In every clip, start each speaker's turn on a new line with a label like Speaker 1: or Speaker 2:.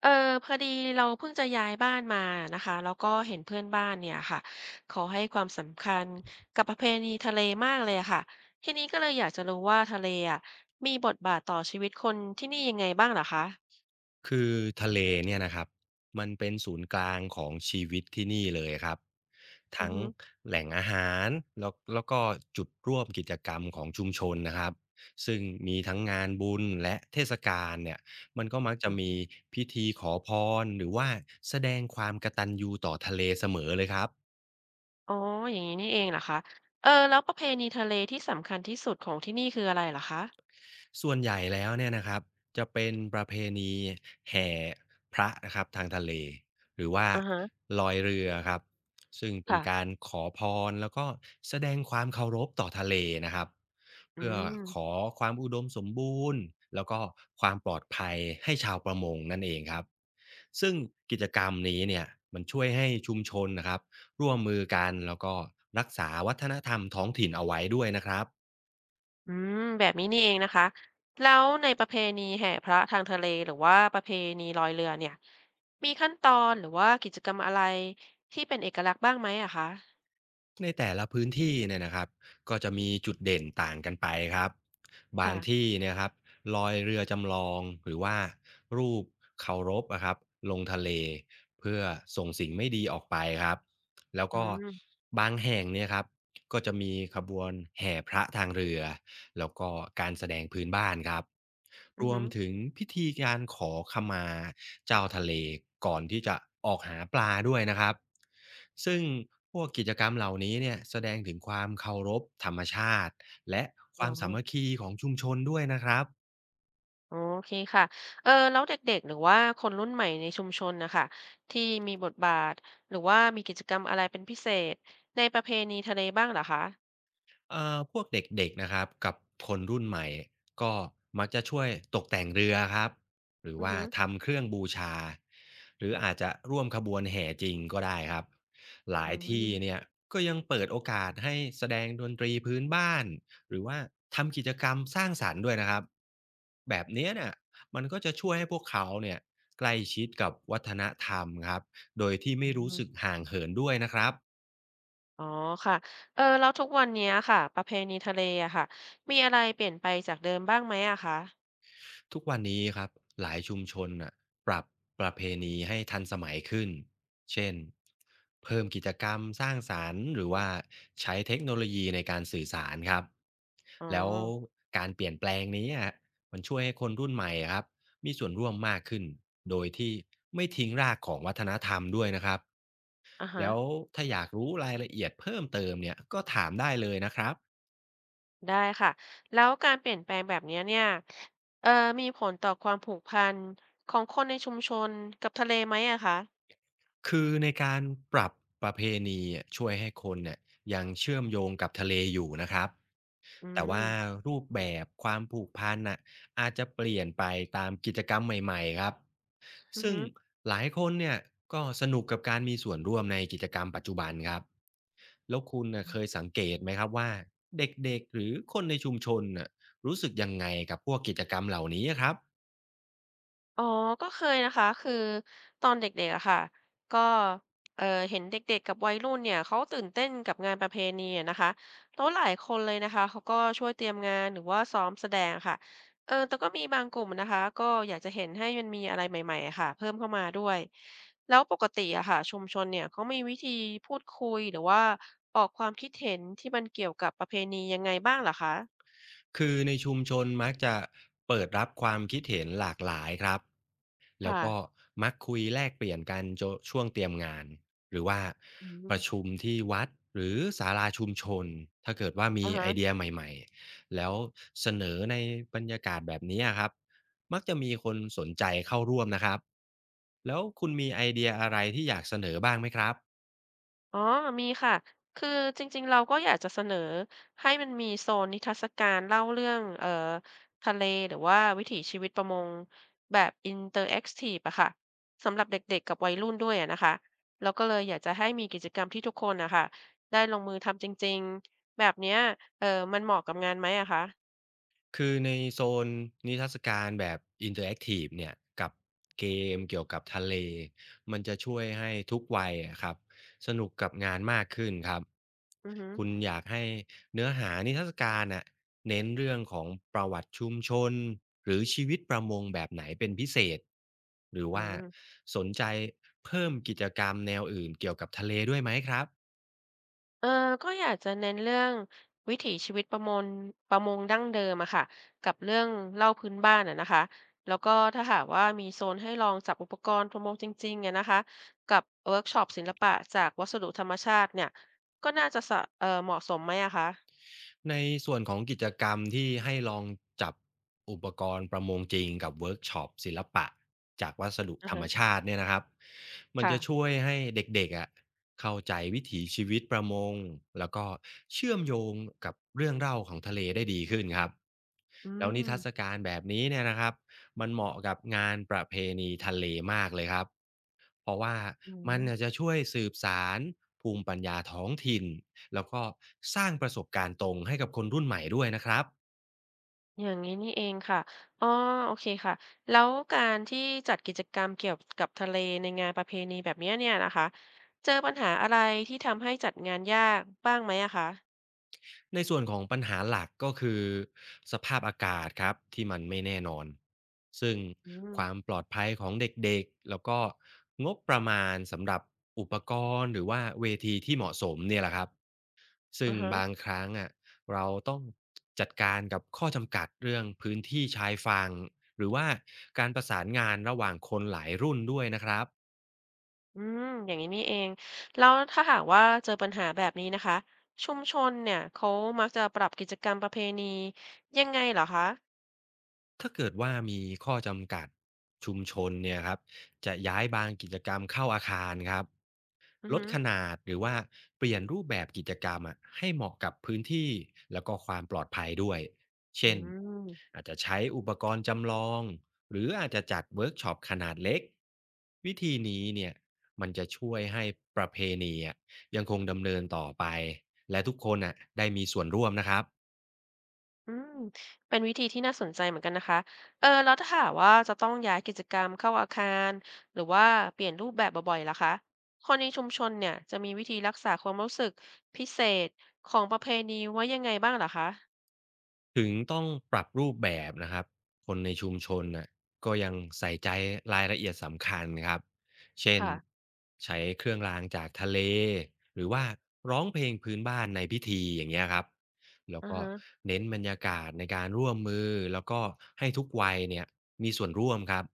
Speaker 1: เออพอดีเราเพิ่งจะย้ายบ้านมานะคะแล้วก็เห็นเพื่อนบ้านเนี่ยค่ะเขาให้ความสำคัญกับประเพณีทะเลมากเลยอะค่ะทีนี้ก็เลยอยากจะรู้ว่าทะเลอ่ะมีบทบาทต่อชีวิตคนที่นี่ยังไงบ้างเหรอคะ
Speaker 2: คือทะเลเนี่ยนะครับมันเป็นศูนย์กลางของชีวิตที่นี่เลยครับ
Speaker 1: อือ
Speaker 2: ทั้ง
Speaker 1: ฮึ
Speaker 2: แหล่งอาหารแล้วก็จุดร่วมกิจกรรมของชุมชนนะครับซึ่งมีทั้งงานบุญและเทศกาลเนี่ยมันก็มักจะ
Speaker 1: อ
Speaker 2: มี
Speaker 1: ม
Speaker 2: พิธีขอพรหรือว่าแสดงความกตัญญูต่อทะเลเสมอเลยครับ
Speaker 1: อ๋ออย่างนี้นี่เองเหรอคะแล้วประเพณีทะเลที่สำคัญที่สุดของที่นี่คืออะไรเหรอคะ
Speaker 2: ส่วนใหญ่แล้วเนี่ยนะครับจะเป็นประเพณีแห่พระนะครับทางทะเลหรือว่า
Speaker 1: อือฮะ
Speaker 2: ลอยเรือครับซึ่งเป็น
Speaker 1: ค่ะ
Speaker 2: การขอพรแล้วก็แสดงความเคารพต่อทะเลนะครับ
Speaker 1: อื
Speaker 2: เพื่อ
Speaker 1: ม
Speaker 2: ขอความอุดมสมบูรณ์แล้วก็ความปลอดภัยให้ชาวประมงนั่นเองครับซึ่งกิจกรรมนี้เนี่ยมันช่วยให้ชุมชนนะครับร่วมมือกันแล้วก็รักษาวัฒนธรรมท้องถิ่นเอาไว้ด้วยนะครับ
Speaker 1: อืมแบบนี้นี่เองนะคะแล้วในประเพณีแห่พระทางทะเลหรือว่าประเพณีลอยเรือเนี่ยมีขั้นตอนหรือว่ากิจกรรมอะไรที่เป็นเอกลักษณ์บ้างไหมอะคะ
Speaker 2: ในแต่ละพื้นที่เนี่ยนะครับก็จะมีจุดเด่นต่างกันไปครับบาง
Speaker 1: ค่ะ
Speaker 2: ที่เนี่ยครับลอยเรือจำลองหรือว่ารูปเคารพนะครับลงทะเลเพื่อส่งสิ่งไม่ดีออกไปครับแล้ว
Speaker 1: อื
Speaker 2: ก็
Speaker 1: ม
Speaker 2: บางแห่งเนี่ยครับก็จะมีขบวนแห่พระทางเรือแล้วก็การแสดงพื้นบ้านครับ
Speaker 1: อื
Speaker 2: ร
Speaker 1: อ
Speaker 2: ว
Speaker 1: หื
Speaker 2: ม
Speaker 1: อ
Speaker 2: ถึงพิธีการขอขมาเจ้าทะเลก่อนที่จะออกหาปลาด้วยนะครับ ซึ่งพวกกิจกรรมเหล่านี้เนี่ยแสดงถึงความเคารพธรรมชาติและค
Speaker 1: อ๋อ
Speaker 2: วามสามัคคีของชุมชนด้วยนะครับ
Speaker 1: อ๋อโอเคค่ะแล้วเด็กๆหรือว่าคนรุ่นใหม่ในชุมชนนะคะที่มีบทบาทหรือว่ามีกิจกรรมอะไรเป็นพิเศษในประเพณีทะเลบ้างเหรอคะ
Speaker 2: พวกเด็กๆนะครับกับคนรุ่นใหม่ก็มักจะช่วยตกแต่งเรือครับหรือ
Speaker 1: อือ
Speaker 2: ว่า
Speaker 1: หือ
Speaker 2: ทำเครื่องบูชาหรืออาจจะร่วมขบวนแห่จริงก็ได้ครับหลา
Speaker 1: อื
Speaker 2: ยที่
Speaker 1: ม
Speaker 2: เนี่ยก็ยังเปิดโอกาสให้แสดงดนตรีพื้นบ้านหรือว่าทำกิจกรรมสร้างสรรค์ด้วยนะครับแบบเนี้ยเนี่ยมันก็จะช่วยให้พวกเขาเนี่ยใกล้ชิดกับวัฒนธรรมครับโดยที่
Speaker 1: อื
Speaker 2: ไม่รู้
Speaker 1: ม
Speaker 2: สึกห่างเหินด้วยนะครับ
Speaker 1: อ๋อค่ะ แล้วทุกวันเนี้ยค่ะประเพณีทะเลอะค่ะมีอะไรเปลี่ยนไปจากเดิมบ้างไหมอะคะ
Speaker 2: ทุกวันนี้ครับหลายชุมชนน่ะปรับประเพณีให้ทันสมัยขึ้น เช่นเพิ่มกิจกรรมสร้างสารรค์หรือว่าใช้เทคโนโลยีในการสื่อสารครับ
Speaker 1: อ๋อ
Speaker 2: แล้วการเปลี่ยนแปลงนี้อะมันช่วยให้คนรุ่นใหม่อะครับมีส่วนร่วมมากขึ้นโดยที่ไม่ทิ้งรากของวัฒนธรรมด้วยนะครับ
Speaker 1: อ่ะฮะ
Speaker 2: แล้วถ้าอยากรู้รายละเอียดเพิ่มเติมเนี่ยก็ถามได้เลยนะครับ
Speaker 1: ได้ค่ะแล้วการเปลี่ยนแปลงแบบเนี้ยเนี่ยเออมีผลต่อความผูกพันของคนในชุมชนกับทะเลไหมอะคะ
Speaker 2: คือในการปรับประเพณีอะช่วยให้คนเนี่ยยังเชื่อมโยงกับทะเลอยู่นะครับ
Speaker 1: อื
Speaker 2: แต่ว่า
Speaker 1: ม
Speaker 2: รูปแบบความผูกพันน่ะอาจจะเปลี่ยนไปตามกิจกรรมใหม่ๆครับ
Speaker 1: อือ
Speaker 2: ซึ่ง
Speaker 1: ฮึ
Speaker 2: หลายคนเนี่ยก็สนุกกับการมีส่วนร่วมในกิจกรรมปัจจุบันครับแล้วคุณน่ะเคยสังเกตไหมครับว่าเด็กๆหรือคนในชุมชนน่ะรู้สึกยังไงกับพวกกิจกรรมเหล่านี้ครับ
Speaker 1: อ๋อก็เคยนะคะคือตอนเด็กๆอะค่ะก็เห็นเด็กๆกับวัยรุ่นเนี่ยเขาตื่นเต้นกับงานประเพณีอะนะคะแล้วหลายคนเลยนะคะเขาก็ช่วยเตรียมงานหรือว่าซ้อมแสดงค่ะแต่ก็มีบางกลุ่มนะคะก็อยากจะเห็นให้มันมีอะไรใหม่ๆอะค่ะเพิ่มเข้ามาด้วยแล้วปกติอะค่ะชุมชนเนี่ยเขามีวิธีพูดคุยหรือว่าออกความคิดเห็นที่มันเกี่ยวกับประเพณียังไงบ้างเหรอคะ
Speaker 2: คือในชุมชนมักจะเปิดรับความคิดเห็นหลากหลายครับแล้ว
Speaker 1: ค่ะ
Speaker 2: ก็มักคุยแลกเปลี่ยนกันโจช่วงเตรียมงานหรือว่า
Speaker 1: อื
Speaker 2: ประชุ
Speaker 1: ม
Speaker 2: มที่วัดหรือศาลาชุมชนถ้าเกิดว่ามี
Speaker 1: อะฮะ
Speaker 2: ไอเดียใหม่ๆแล้วเสนอในบรรยากาศแบบนี้ครับมักจะมีคนสนใจเข้าร่วมนะครับแล้วคุณมีไอเดียอะไรที่อยากเสนอบ้างไหมครับ
Speaker 1: อ๋อมีค่ะคือจริงๆเราก็อยากจะเสนอให้มันมีโซนนิทรรศการเล่าเรื่องทะเลหรือว่าวิถีชีวิตประมงแบบอินเตอร์แอคทีฟอะค่ะสำหรับเด็กๆกับวัยรุ่นด้วยอะนะคะแล้วก็เลยอยากจะให้มีกิจกรรมที่ทุกคนนะคะได้ลงมือทำจริงๆแบบเนี้ยเออมันเหมาะกับงานไหมอะคะ
Speaker 2: คือในโซนนิทรรศการแบบอินเตอร์แอคทีฟเนี่ยกับเกมเกี่ยวกับทะเลมันจะช่วยให้ทุกวัยอะครับสนุกกับงานมากขึ้นครับ
Speaker 1: อือฮึ
Speaker 2: คุณอยากให้เนื้อหานิทรรศการน่ะเน้นเรื่องของประวัติชุมชนหรือชีวิตประมงแบบไหนเป็นพิเศษหรือ
Speaker 1: อื
Speaker 2: ว่า
Speaker 1: ม
Speaker 2: สนใจเพิ่มกิจกรรมแนวอื่นเกี่ยวกับทะเลด้วยไหมครับ
Speaker 1: เออก็อยากจะเน้นเรื่องวิถีชีวิตประมงดั้งเดิมอะค่ะกับเรื่องเล่าพื้นบ้านอะนะคะ แล้วก็ถ้าหากว่ามีโซนให้ลองจับอุปกรณ์ประมงจริงๆอะนะคะ กับเวิร์กช็อปศิลปะจากวัสดุธรรมชาติเนี่ย ก็น่าจะสะเหมาะสมไหมอะคะ
Speaker 2: ในส่วนของกิจกรรมที่ให้ลองจับอุปกรณ์ประมงจริงกับเวิร์กช็อปศิลปะจากวัสดุ
Speaker 1: อือ
Speaker 2: ธรร
Speaker 1: ฮะ
Speaker 2: มชาติเนี่ยนะครับมันจะช่
Speaker 1: ค่ะ
Speaker 2: วยให้เด็กๆอะเข้าใจวิถีชีวิตประมงแล้วก็เชื่อมโยงกับเรื่องเล่าของทะเลได้ดีขึ้นครับ
Speaker 1: อื
Speaker 2: แล้ว
Speaker 1: ม
Speaker 2: นิทรรศการแบบนี้เนี่ยนะครับมันเหมาะกับงานประเพณีทะเลมากเลยครับ เพราะว่า
Speaker 1: อื
Speaker 2: มั
Speaker 1: ม
Speaker 2: นเน่ยจะช่วยสืบสารภูมิปัญญาท้องถิ่นแล้วก็สร้างประสบการณ์ตรงให้กับคนรุ่นใหม่ด้วยนะครับ
Speaker 1: อย่างนี้นี่เองค่ะอ๋อโอเคค่ะ แล้วการที่จัดกิจกรรมเกี่ยวกับทะเลในงานประเพณีแบบเนี้ยเนี่ยนะคะเจอปัญหาอะไรที่ทำให้จัดงานยากบ้างไหมอะคะ
Speaker 2: ในส่วนของปัญหาหลักก็คือสภาพอากาศครับที่มันไม่แน่นอนซึ่ง
Speaker 1: อืม
Speaker 2: ความปลอดภัยของเด็กๆแล้วก็งบประมาณสำหรับอุปกรณ์หรือว่าเวทีที่เหมาะสมเนี่ยแหละครับ ซึ่ง
Speaker 1: อะฮะ
Speaker 2: บางครั้งอะเราต้องจัดการกับข้อจำกัดเรื่องพื้นที่ชายฝั่งหรือว่าการประสานงานระหว่างคนหลายรุ่นด้วยนะครับ
Speaker 1: อืมอย่างนี้นี่เองแล้วถ้าหากว่าเจอปัญหาแบบนี้นะคะชุมชนเนี่ยเขามักจะปรับกิจกรรมประเพณียังไงเหรอคะ
Speaker 2: ถ้าเกิดว่ามีข้อจำกัดชุมชนเนี่ยครับจะย้ายบางกิจกรรมเข้าอาคารครับ
Speaker 1: อือ
Speaker 2: ลด
Speaker 1: ฮึ
Speaker 2: ขนาดหรือว่าเปลี่ยนรูปแบบกิจกรรมอะให้เหมาะกับพื้นที่แล้วก็ความปลอดภัยด้วย
Speaker 1: อื
Speaker 2: เช่น
Speaker 1: ม
Speaker 2: อาจจะใช้อุปกรณ์จำลองหรืออาจจะจัดเวิร์กช็อปขนาดเล็กวิธีนี้เนี่ยมันจะช่วยให้ประเพณีอะยังคงดำเนินต่อไปและทุกคนอะได้มีส่วนร่วมนะครับ
Speaker 1: อืมเป็นวิธีที่น่าสนใจเหมือนกันนะคะ แล้วถ้าหากว่าจะต้องย้ายกิจกรรมเข้าอาคารหรือว่าเปลี่ยนรูปแบบบ่อยๆล่ะคะคนในชุมชนเนี่ยจะมีวิธีรักษาความรู้สึกพิเศษของประเพณีไว้ยังไงบ้างล่ะคะ
Speaker 2: ถึงต้องปรับรูปแบบนะครับคนในชุมชนน่ะก็ยังใส่ใจรายละเอียดสำคัญครับเช่น
Speaker 1: ค่ะ
Speaker 2: ใช้เครื่องรางจากทะเลหรือว่าร้องเพลงพื้นบ้านในพิธีอย่างเงี้ยครับแล้ว
Speaker 1: อือ
Speaker 2: ก็
Speaker 1: ฮะ
Speaker 2: เน้นบรรยากาศในการร่วมมือแล้วก็ให้ทุกวัยเนี่ยมีส่วนร่วมครับ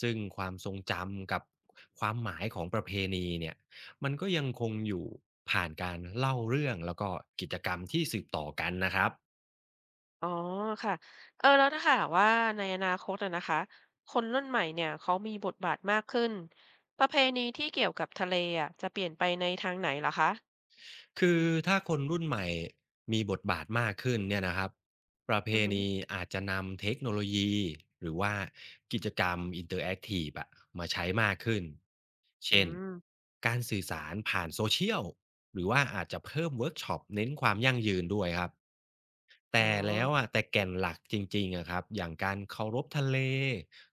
Speaker 2: ซึ่งความทรงจำกับความหมายของประเพณีเนี่ยมันก็ยังคงอยู่ผ่านการเล่าเรื่องแล้วก็กิจกรรมที่สืบต่อกันนะครับ
Speaker 1: อ๋อค่ะ แล้วถ้าหากว่าในอนาคตอะนะคะ คนรุ่นใหม่เนี่ยเขามีบทบาทมากขึ้นประเพณีที่เกี่ยวกับทะเลอะจะเปลี่ยนไปในทางไหนล่ะคะ
Speaker 2: คือถ้าคนรุ่นใหม่มีบทบาทมากขึ้นเนี่ยนะครับประเพ
Speaker 1: อือฮึ
Speaker 2: ณีอาจจะนำเทคโนโลยีหรือว่ากิจกรรมอินเตอร์แอคทีฟอะมาใช้มากขึ้น
Speaker 1: อื
Speaker 2: เช่น
Speaker 1: ม
Speaker 2: การสื่อสารผ่านโซเชียลหรือว่าอาจจะเพิ่มเวิร์กช็อปเน้นความยั่งยืนด้วยครับ
Speaker 1: อ๋อ
Speaker 2: แต่แล้วอ่ะแต่แก่นหลักจริงๆอะครับอย่างการเคารพทะเล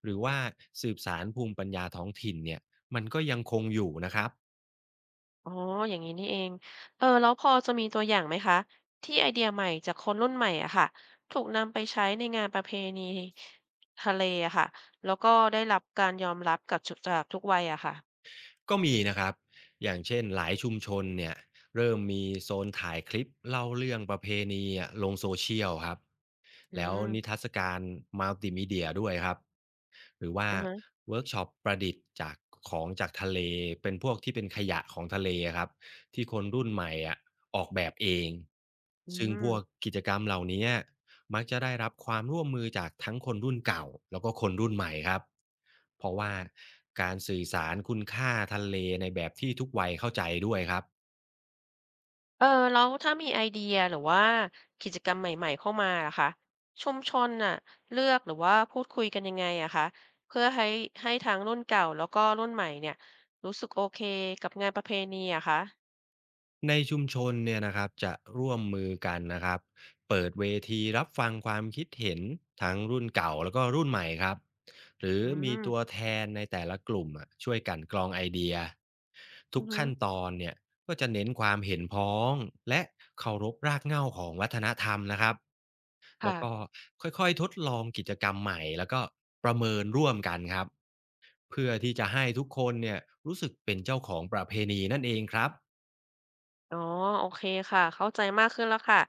Speaker 2: หรือว่าสืบสารภูมิปัญญาท้องถิ่นเนี่ยมันก็ยังคงอยู่นะครับ
Speaker 1: อ๋ออย่างนี้นี่เองแล้วพอจะมีตัวอย่างไหมคะที่ไอเดียใหม่จากคนรุ่นใหม่อะค่ะถูกนำไปใช้ในงานประเพณีทะเลอะค่ะแล้วก็ได้รับการยอมรับกับจุดจากทุกวัยอะค่ะ
Speaker 2: ก็มีนะครับ อย่างเช่นหลายชุมชนเนี่ยเริ่มมีโซนถ่ายคลิปเล่าเรื่องประเพณีอะลงโซเชียลครับ
Speaker 1: อื
Speaker 2: แล้วนิทรร
Speaker 1: ม
Speaker 2: ศการมัลติมีเดียด้วยครับหรือว่า
Speaker 1: อือฮะ
Speaker 2: เวิร์กช็อปประดิษฐ์จากของจากทะเลเป็นพวกที่เป็นขยะของทะเลครับที่คนรุ่นใหม่อะออกแบบเอง
Speaker 1: อื
Speaker 2: ซึ่งพวก
Speaker 1: ม
Speaker 2: กิจกรรมเหล่านี้มักจะได้รับความร่วมมือจากทั้งคนรุ่นเก่าแล้วก็คนรุ่นใหม่ครับเพราะว่าการสื่อสารคุณค่าทะเลในแบบที่ทุกวัยเข้าใจด้วยครับ
Speaker 1: แล้วถ้ามีไอเดียหรือว่ากิจกรรมใหม่ๆเข้ามาล่ะคะชุมชนน่ะเลือกหรือว่าพูดคุยกันยังไงอะคะเพื่อให้ทั้งรุ่นเก่าแล้วก็รุ่นใหม่เนี่ยรู้สึกโอเคกับงานประเพณีอะคะ
Speaker 2: ในชุมชนเนี่ยนะครับจะร่วมมือกันนะครับเปิดเวทีรับฟังความคิดเห็นทั้งรุ่นเก่าแล้วก็รุ่นใหม่ครับหรือ
Speaker 1: อื
Speaker 2: มี
Speaker 1: ม
Speaker 2: ตัวแทนในแต่ละกลุ่มอะช่วยกันกรองไอเดียทุ
Speaker 1: อื
Speaker 2: กขั้น
Speaker 1: ม
Speaker 2: ตอนเนี่ยก็จะเน้นความเห็นพ้องและเคารพรากเหง้าของวัฒนธรรมนะครับแล้วก็
Speaker 1: ค่ะ
Speaker 2: ค่อยๆทดลองกิจกรรมใหม่แล้วก็ประเมินร่วมกันครับเพื่อที่จะให้ทุกคนเนี่ยรู้สึกเป็นเจ้าของประเพณีนั่นเองครับ
Speaker 1: อ๋อโอเคค่ะเข้าใจมากขึ้นแล้วค่ะ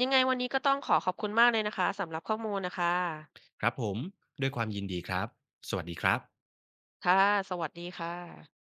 Speaker 1: ยังไงวันนี้ก็ต้องขอขอบคุณมากเลยนะคะสำหรับข้อมูลนะคะ
Speaker 2: ครับผมด้วยความยินดีครับสวัสดีครับ
Speaker 1: ค่ะสวัสดีค่ะ